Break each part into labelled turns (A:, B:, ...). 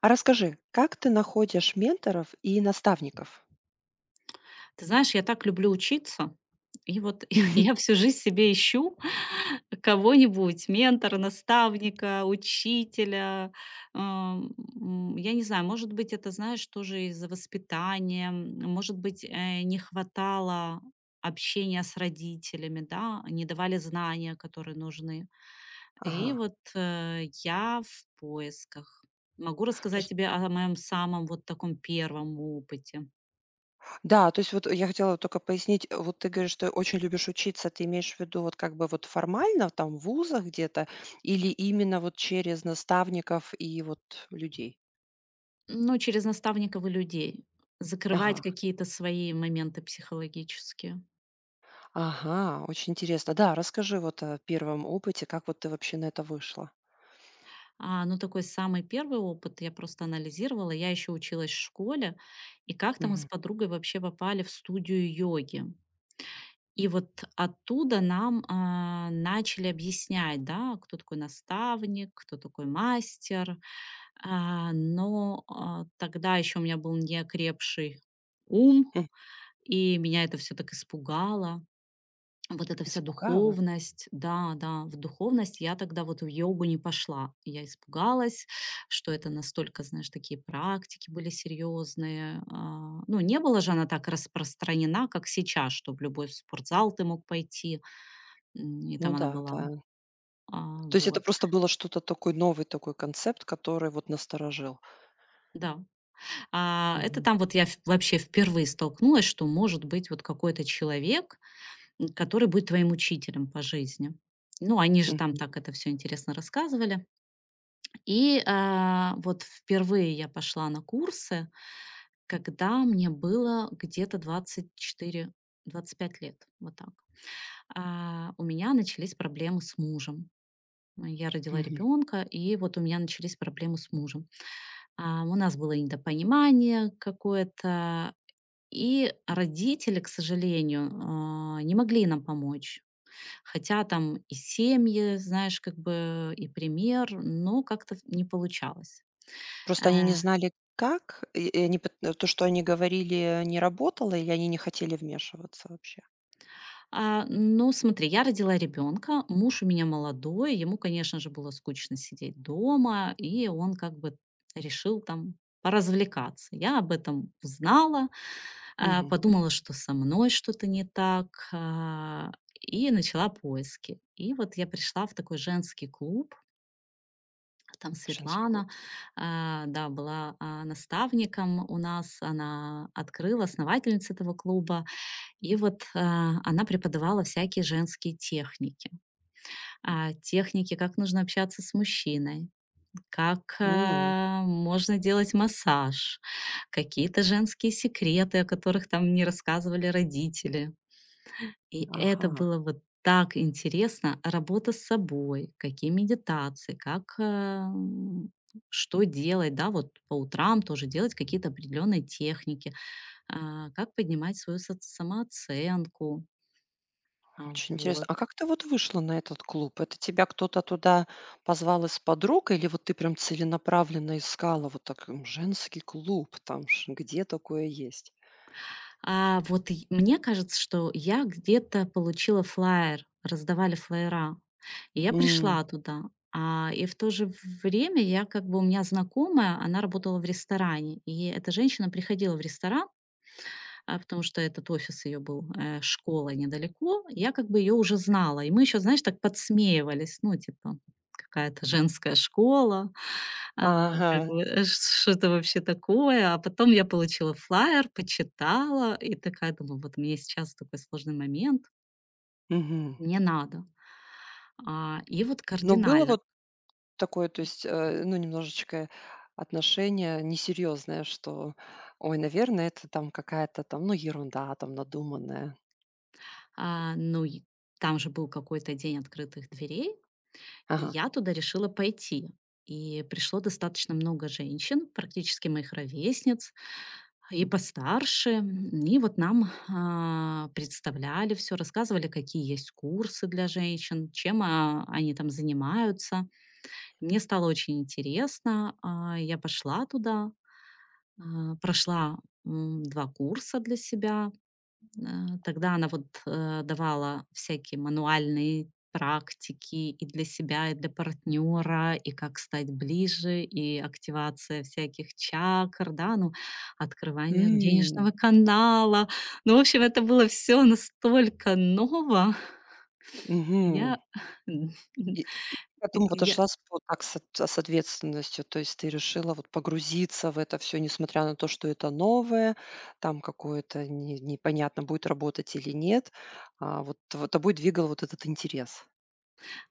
A: А расскажи, как ты находишь менторов и наставников?
B: Ты знаешь, я так люблю учиться. И вот я всю жизнь себе ищу кого-нибудь, ментора, наставника, учителя. Я не знаю, может быть, это, знаешь, тоже из-за воспитания, может быть, не хватало общения с родителями, да, не давали знания, которые нужны.
A: Ага.
B: И вот, я в поисках. Могу
A: То
B: рассказать тебе о моем самом вот таком первом опыте.
A: Да, то есть вот я хотела только пояснить, вот ты говоришь, что очень любишь учиться, ты имеешь в виду вот как бы вот формально там в вузах где-то или именно вот через наставников и вот людей?
B: Ну, через наставников и людей. Закрывать
A: Ага,
B: какие-то свои моменты психологические.
A: ага, очень интересно. Да, расскажи вот о первом опыте, как вот ты вообще на это вышла?
B: Ну, такой самый первый опыт я просто анализировала. Я еще училась в школе, и как-то мы с
A: Мгм.
B: подругой вообще попали в студию йоги. И вот оттуда нам начали объяснять, да, кто такой наставник, кто такой мастер. Но тогда еще у меня был неокрепший ум,
A: М,
B: и меня это все так испугало. Вот эта вся
A: Испугала?
B: духовность, да, да, в духовность я тогда вот в йогу не пошла. Я испугалась, что это настолько, знаешь, такие практики были серьезные. Ну, не была же она так распространена, как сейчас, что в любой спортзал ты мог пойти, и
A: Ну
B: там она
A: да, да.
B: была.
A: То есть это
B: Вот,
A: просто было что-то такой новый такой концепт, который вот насторожил.
B: да. Это
A: Мгм,
B: там вот я вообще впервые столкнулась, что может быть вот какой-то человек, который будет твоим учителем по жизни. Ну, они же там
A: мгм,
B: так это все интересно рассказывали. И, вот впервые я пошла на курсы, когда мне было где-то 24, 25 лет, вот так. У меня начались проблемы с мужем. Я родила
A: мгм.
B: ребенка, и вот у меня начались проблемы с мужем. У нас было недопонимание какое-то, и родители, к сожалению, не могли нам помочь. Хотя там и семьи, знаешь, как бы и пример, но как-то не получалось. Э.
A: Просто они не знали как, и то, что они говорили, не работало, или они не хотели вмешиваться вообще?
B: Ну, смотри, я родила ребенка, муж у меня молодой, ему, конечно же, было скучно сидеть дома, и он как бы решил там поразвлекаться. Я об этом узнала,
A: Мгм.
B: подумала, что со мной что-то не так, и начала поиски. И вот я пришла в такой женский клуб, там
A: Женский клуб.
B: Светлана, да, была наставником у нас, она открыла, основательница этого клуба, и вот, она преподавала всякие женские техники. Техники, как нужно общаться с мужчиной, как,
A: М.
B: можно делать массаж, какие-то женские секреты, о которых там не рассказывали родители. И это
A: Ага,
B: было вот так интересно. Работа с собой, какие медитации, как, что делать, да, вот по утрам тоже делать какие-то определенные техники, как поднимать свою соц самооценку.
A: очень интересно.
B: Вот.
A: А как ты вот вышла на этот клуб? Это тебя кто-то туда позвал из подруг или вот ты прям целенаправленно искала вот так, женский клуб, там ш где такое есть?
B: А вот и мне кажется, что я где-то получила флаер, раздавали флаера. И я
A: М.
B: пришла туда. И в то же время я как бы у меня знакомая, она работала в ресторане, и эта женщина приходила в ресторан, потому что этот офис ее был, школа недалеко. Я как бы ее уже знала. И мы еще, знаешь, так подсмеивались, ну, типа, какая-то женская школа,
A: Ага,
B: как бы, что это вообще такое? А потом я получила флаер, почитала и такая думаю, вот мне сейчас такой сложный момент,
A: мгм.
B: мне надо. И вот
A: Но было
B: кардинально.
A: вот такое, то есть, ну, немножечко отношение несерьезное, что: "Ой, наверное, это там какая-то там, ну, ерунда там надуманная".
B: Ну, и там же был какой-то день открытых дверей, и
A: Ага.
B: я туда решила пойти. И пришло достаточно много женщин, практически моих ровесниц, и постарше. И вот нам представляли все, рассказывали, какие есть курсы для женщин, чем они там занимаются. Мне стало очень интересно. Я пошла туда, прошла два курса для себя. Тогда она вот, давала всякие мануальные практики и для себя, и для партнера и как стать ближе, и активация всяких чакр, да, ну, открывание денежного
A: М,
B: канала. Ну, в общем, это было все настолько ново. Я,
A: мгм. И и потом вот
B: я
A: ошла с вот так с от- с ответственностью. То есть ты решила вот погрузиться в это все, несмотря на то, что это новое, там какое-то не непонятно, будет работать или нет. А вот тобой двигал вот этот интерес.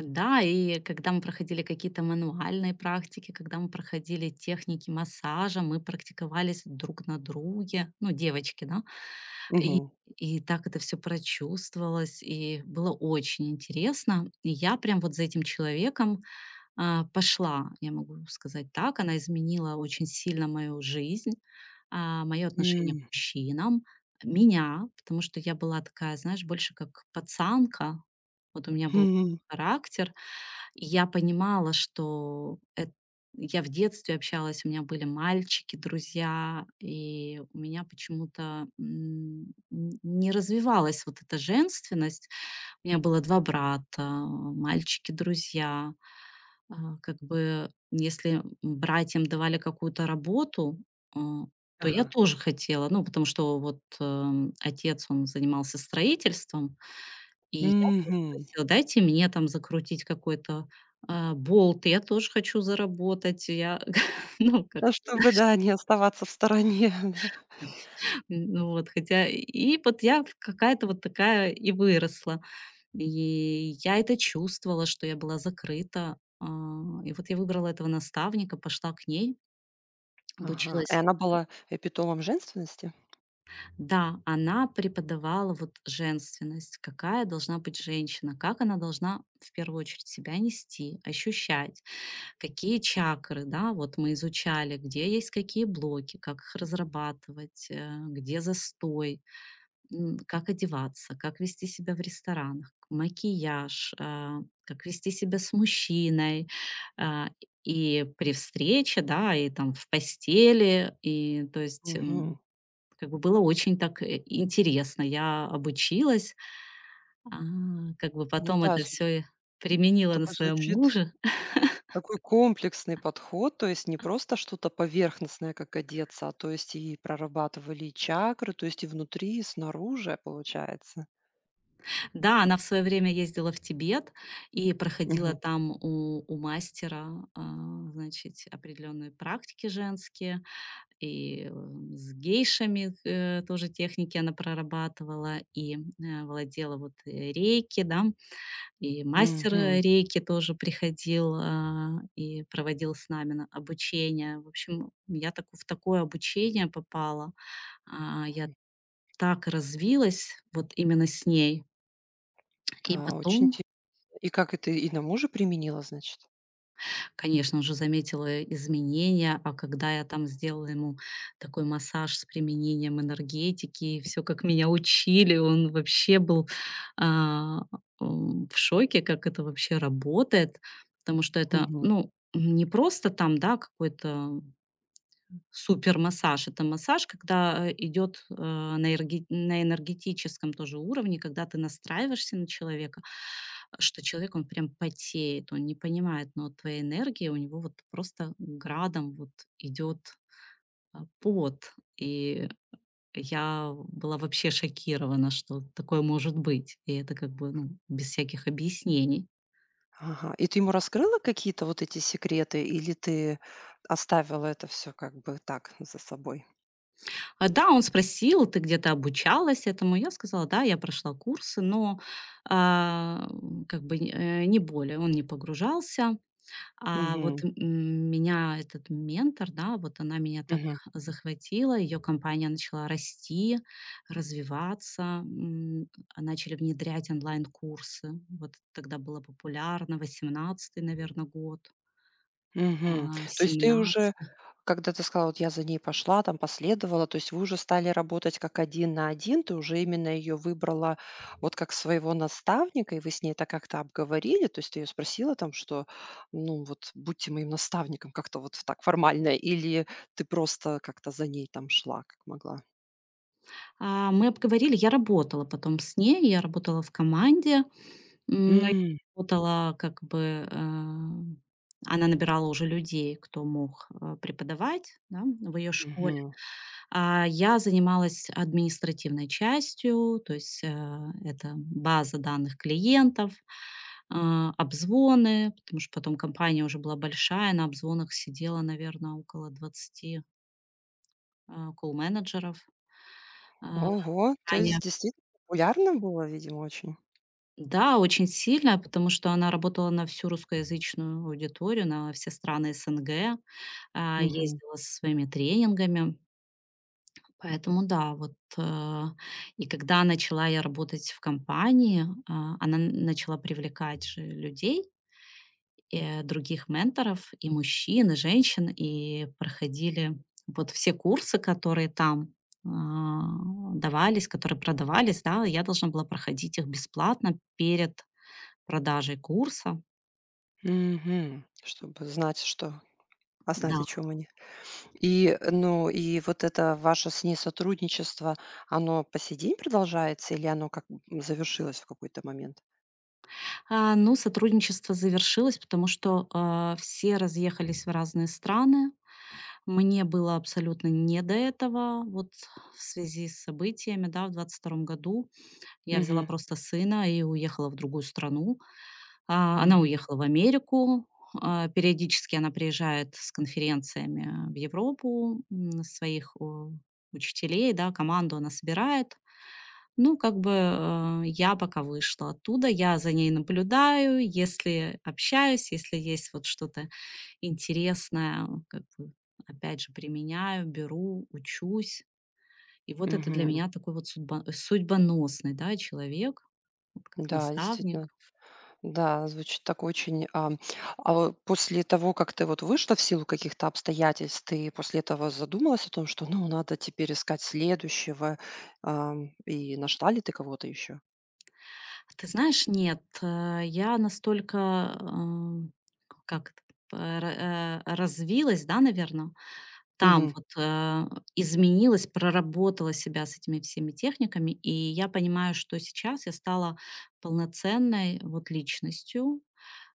B: Да, и когда мы проходили какие-то мануальные практики, когда мы проходили техники массажа, мы практиковались друг на друге, ну, девочки, да. И,
A: Мгм.
B: и так это все прочувствовалось, и было очень интересно. И я прям вот за этим человеком пошла, я могу сказать так. Она изменила очень сильно мою жизнь, мое отношение к
A: М.
B: мужчинам, меня, потому что я была такая, знаешь, больше как пацанка. Вот у меня был
A: Хм.
B: характер. И я понимала, что эт я в детстве общалась, у меня были мальчики, друзья, и у меня почему-то, м, н не развивалась вот эта женственность. У меня было 2 брата, мальчики-друзья. Как бы, если братьям давали какую-то работу, а, то я
A: Ага.
B: тоже хотела. Ну, потому что вот, отец, он занимался строительством, и я тоже
A: Мгм.
B: просила: «Дайте мне там закрутить какой-то, болт, я тоже хочу заработать». Я ну, как,
A: Ну, чтобы, да, не оставаться в стороне, да.
B: ну вот, хотя и вот я в какая-то вот такая и выросла. И я это чувствовала, что я была закрыта. И вот я выбрала этого наставника, пошла к ней,
A: Ага. И
B: обучилась.
A: она была эпитомом женственности?
B: Да, она преподавала вот женственность, какая должна быть женщина, как она должна в первую очередь себя нести, ощущать, какие чакры, да, вот мы изучали, где есть какие блоки, как их разрабатывать, где застой, как одеваться, как вести себя в ресторанах, макияж, как вести себя с мужчиной, а, и при встрече, да, и там в постели, и то есть
A: Мгм.
B: как бы было очень так, интересно. Я обучилась, а, как бы
A: Ну
B: потом
A: да,
B: это
A: зв
B: все применила на
A: такой
B: своем
A: звучит
B: муже.
A: такой комплексный подход. То есть не просто что-то поверхностное, как одеться, а то есть и прорабатывали и чакры, то есть и внутри, и снаружи, получается.
B: Да, она в свое время ездила в Тибет и проходила
A: Мгм.
B: там у мастера, значит, определенные практики женские. И с гейшами, тоже техники она прорабатывала и, владела вот, рейки, да. И мастер,
A: Мгм.
B: рейки тоже приходил, и проводил с нами на обучение. В общем, я так в такое обучение попала. Я так развилась вот именно с ней. И
A: Да, очень
B: потом.
A: интересно. И как это и на мужа применила, значит?
B: Конечно, уже заметила изменения, а когда я там сделала ему такой массаж с применением энергетики, все, как меня учили, он вообще был, а, в шоке, как это вообще работает. Потому что это,
A: Мгм.
B: ну, не просто там, да, какой-то супермассаж- это массаж, когда, идет, на энергетическом тоже уровне, когда ты настраиваешься на человека, что человек, он прям потеет, он не понимает, но от твоей энергии у него вот просто градом вот идет, пот. И я была вообще шокирована, что такое может быть. И это как бы, ну, без всяких объяснений.
A: Ага. И ты ему раскрыла какие-то вот эти секреты или ты оставила это все как бы так за собой?
B: Да, он спросил: «Ты где-то обучалась этому?» Я сказала: «Да, я прошла курсы», но, как бы, не более. Он не погружался. А вот,
A: Мгм.
B: меня этот ментор, да, вот она меня так
A: Мгм.
B: захватила, ее компания начала расти, развиваться, начали внедрять онлайн-курсы. Вот тогда было популярно, 18-й, наверное, год,
A: Мгм. То есть ты уже,
B: 17.
A: когда ты сказала: "Вот я за ней пошла, там последовала", то есть вы уже стали работать как один на один, ты уже именно ее выбрала вот как своего наставника, и вы с ней это как-то обговорили? То есть ты ее спросила там, что, ну, вот: "Будьте моим наставником", как-то вот так формально, или ты просто как-то за ней там шла, как могла?
B: Мы обговорили, я работала потом с ней, я работала в команде. Но я
A: М,
B: работала как бы, она набирала уже людей, кто мог, преподавать, да, в ее школе.
A: мгм.
B: А я занималась административной частью, то есть, это база данных клиентов, обзвоны, потому что потом компания уже была большая, на обзвонах сидело, наверное, около 20 колл-менеджеров, а,
A: Ого, то
B: ранее.
A: есть действительно популярно было, видимо, очень.
B: Да, очень сильно, потому что она работала на всю русскоязычную аудиторию, на все страны СНГ,
A: Мгм.
B: ездила со своими тренингами. Поэтому да, вот, и когда начала я работать в компании, она н начала привлекать же людей, других менторов, и мужчин, и женщин, и проходили вот все курсы, которые там, а, давались, которые продавались, да. Я должна была проходить их бесплатно перед продажей курса,
A: Мгм. Чтобы знать, что А
B: да.
A: знать, о чем они? И, ну, и вот это ваше с ней сотрудничество, оно по сей день продолжается или оно как, завершилось в какой-то момент?
B: Но сотрудничество завершилось, потому что, все разъехались в разные страны. Мне было абсолютно не до этого. Вот в связи с событиями, да, в 22-м году я взяла
A: Мгм.
B: просто сына и уехала в другую страну. Она
A: Мгм.
B: уехала в Америку. Периодически она приезжает с конференциями в Европу, своих, учителей, да, команду она собирает. Ну, как бы, я пока вышла оттуда, я за ней наблюдаю, если общаюсь, если есть вот что-то интересное, как бы, опять же, применяю, беру, учусь. И вот это для
A: Мгм.
B: меня такой вот судьбоносный, да, человек, вот как
A: Да,
B: наставник.
A: действительно. Да, звучит так очень, ам. А вот после того, как ты вот вышла в силу каких-то обстоятельств, ты после этого задумалась о том, что, ну, надо теперь искать следующего, и нашла ли ты кого-то еще?
B: Ты знаешь, нет, я настолько, эм, как это, развилась, да, наверное, там
A: Мгм.
B: вот, изменилась, проработала себя с этими всеми техниками, и я понимаю, что сейчас я стала полноценной вот личностью,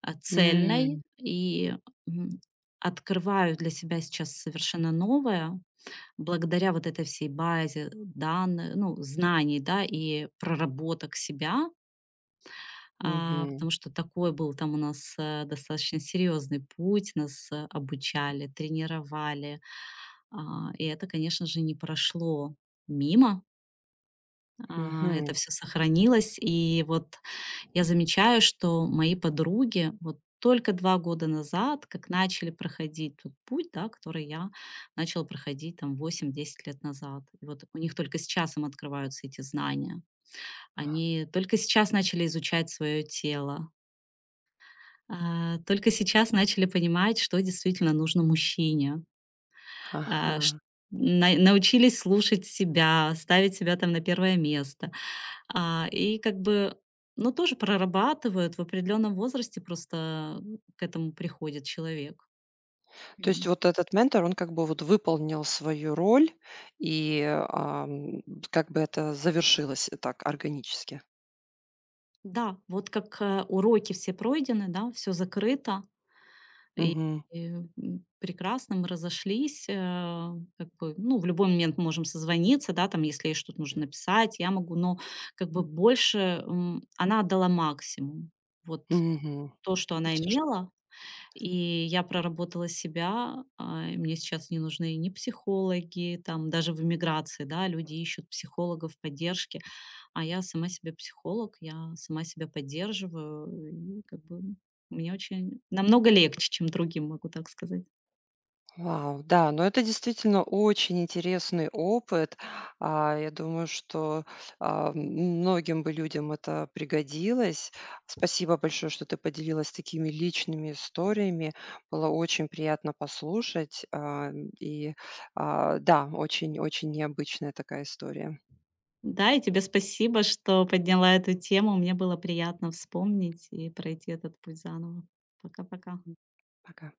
B: цельной
A: М.
B: и, м, открываю для себя сейчас совершенно новое благодаря вот этой всей базе данных, ну, знаний, да, и проработок себя.
A: Мгм.
B: Потому что такой был там у нас, достаточно серьезный путь, нас, обучали, тренировали. И это, конечно же, не прошло мимо, это
A: Мгм.
B: все сохранилось. И вот я замечаю, что мои подруги вот только 2 года назад, как начали проходить тот путь, да, который я начала проходить там 8–10 лет назад. И вот у них только сейчас им открываются эти знания. Они только сейчас начали изучать свое тело. Только сейчас начали понимать, что действительно нужно мужчине. А, ш
A: Ага.
B: на Научились слушать себя, ставить себя там на первое место. И как бы, ну, тоже прорабатывают, в определенном возрасте просто к этому приходит человек.
A: То есть
B: М.
A: вот этот ментор, он как бы вот выполнил свою роль, и, как бы это завершилось так органически.
B: Да, вот как, уроки все пройдены, да, все закрыто.
A: Мгм.
B: И прекрасно, мы разошлись, как бы, ну, в любой момент мы можем созвониться, да, там, если ей что-то нужно написать, я могу, но как бы больше, она отдала максимум. Вот
A: Мгм.
B: то, что
A: И
B: она
A: всё, что
B: имела, и я проработала себя, и мне сейчас не нужны ни психологи, там, даже в эмиграции, да, люди ищут психологов, поддержки, а я сама себе психолог, я сама себя поддерживаю, и как бы мне очень намного легче, чем другим, могу так сказать.
A: Вау, да, но это действительно очень интересный опыт. Я думаю, что, а, м многим бы людям это пригодилось. Спасибо большое, что ты поделилась такими личными историями. Было очень приятно послушать. И, да, очень очень необычная такая история.
B: Да, и тебе спасибо, что подняла эту тему. Мне было приятно вспомнить и пройти этот путь заново. Пока-пока.
A: Пока.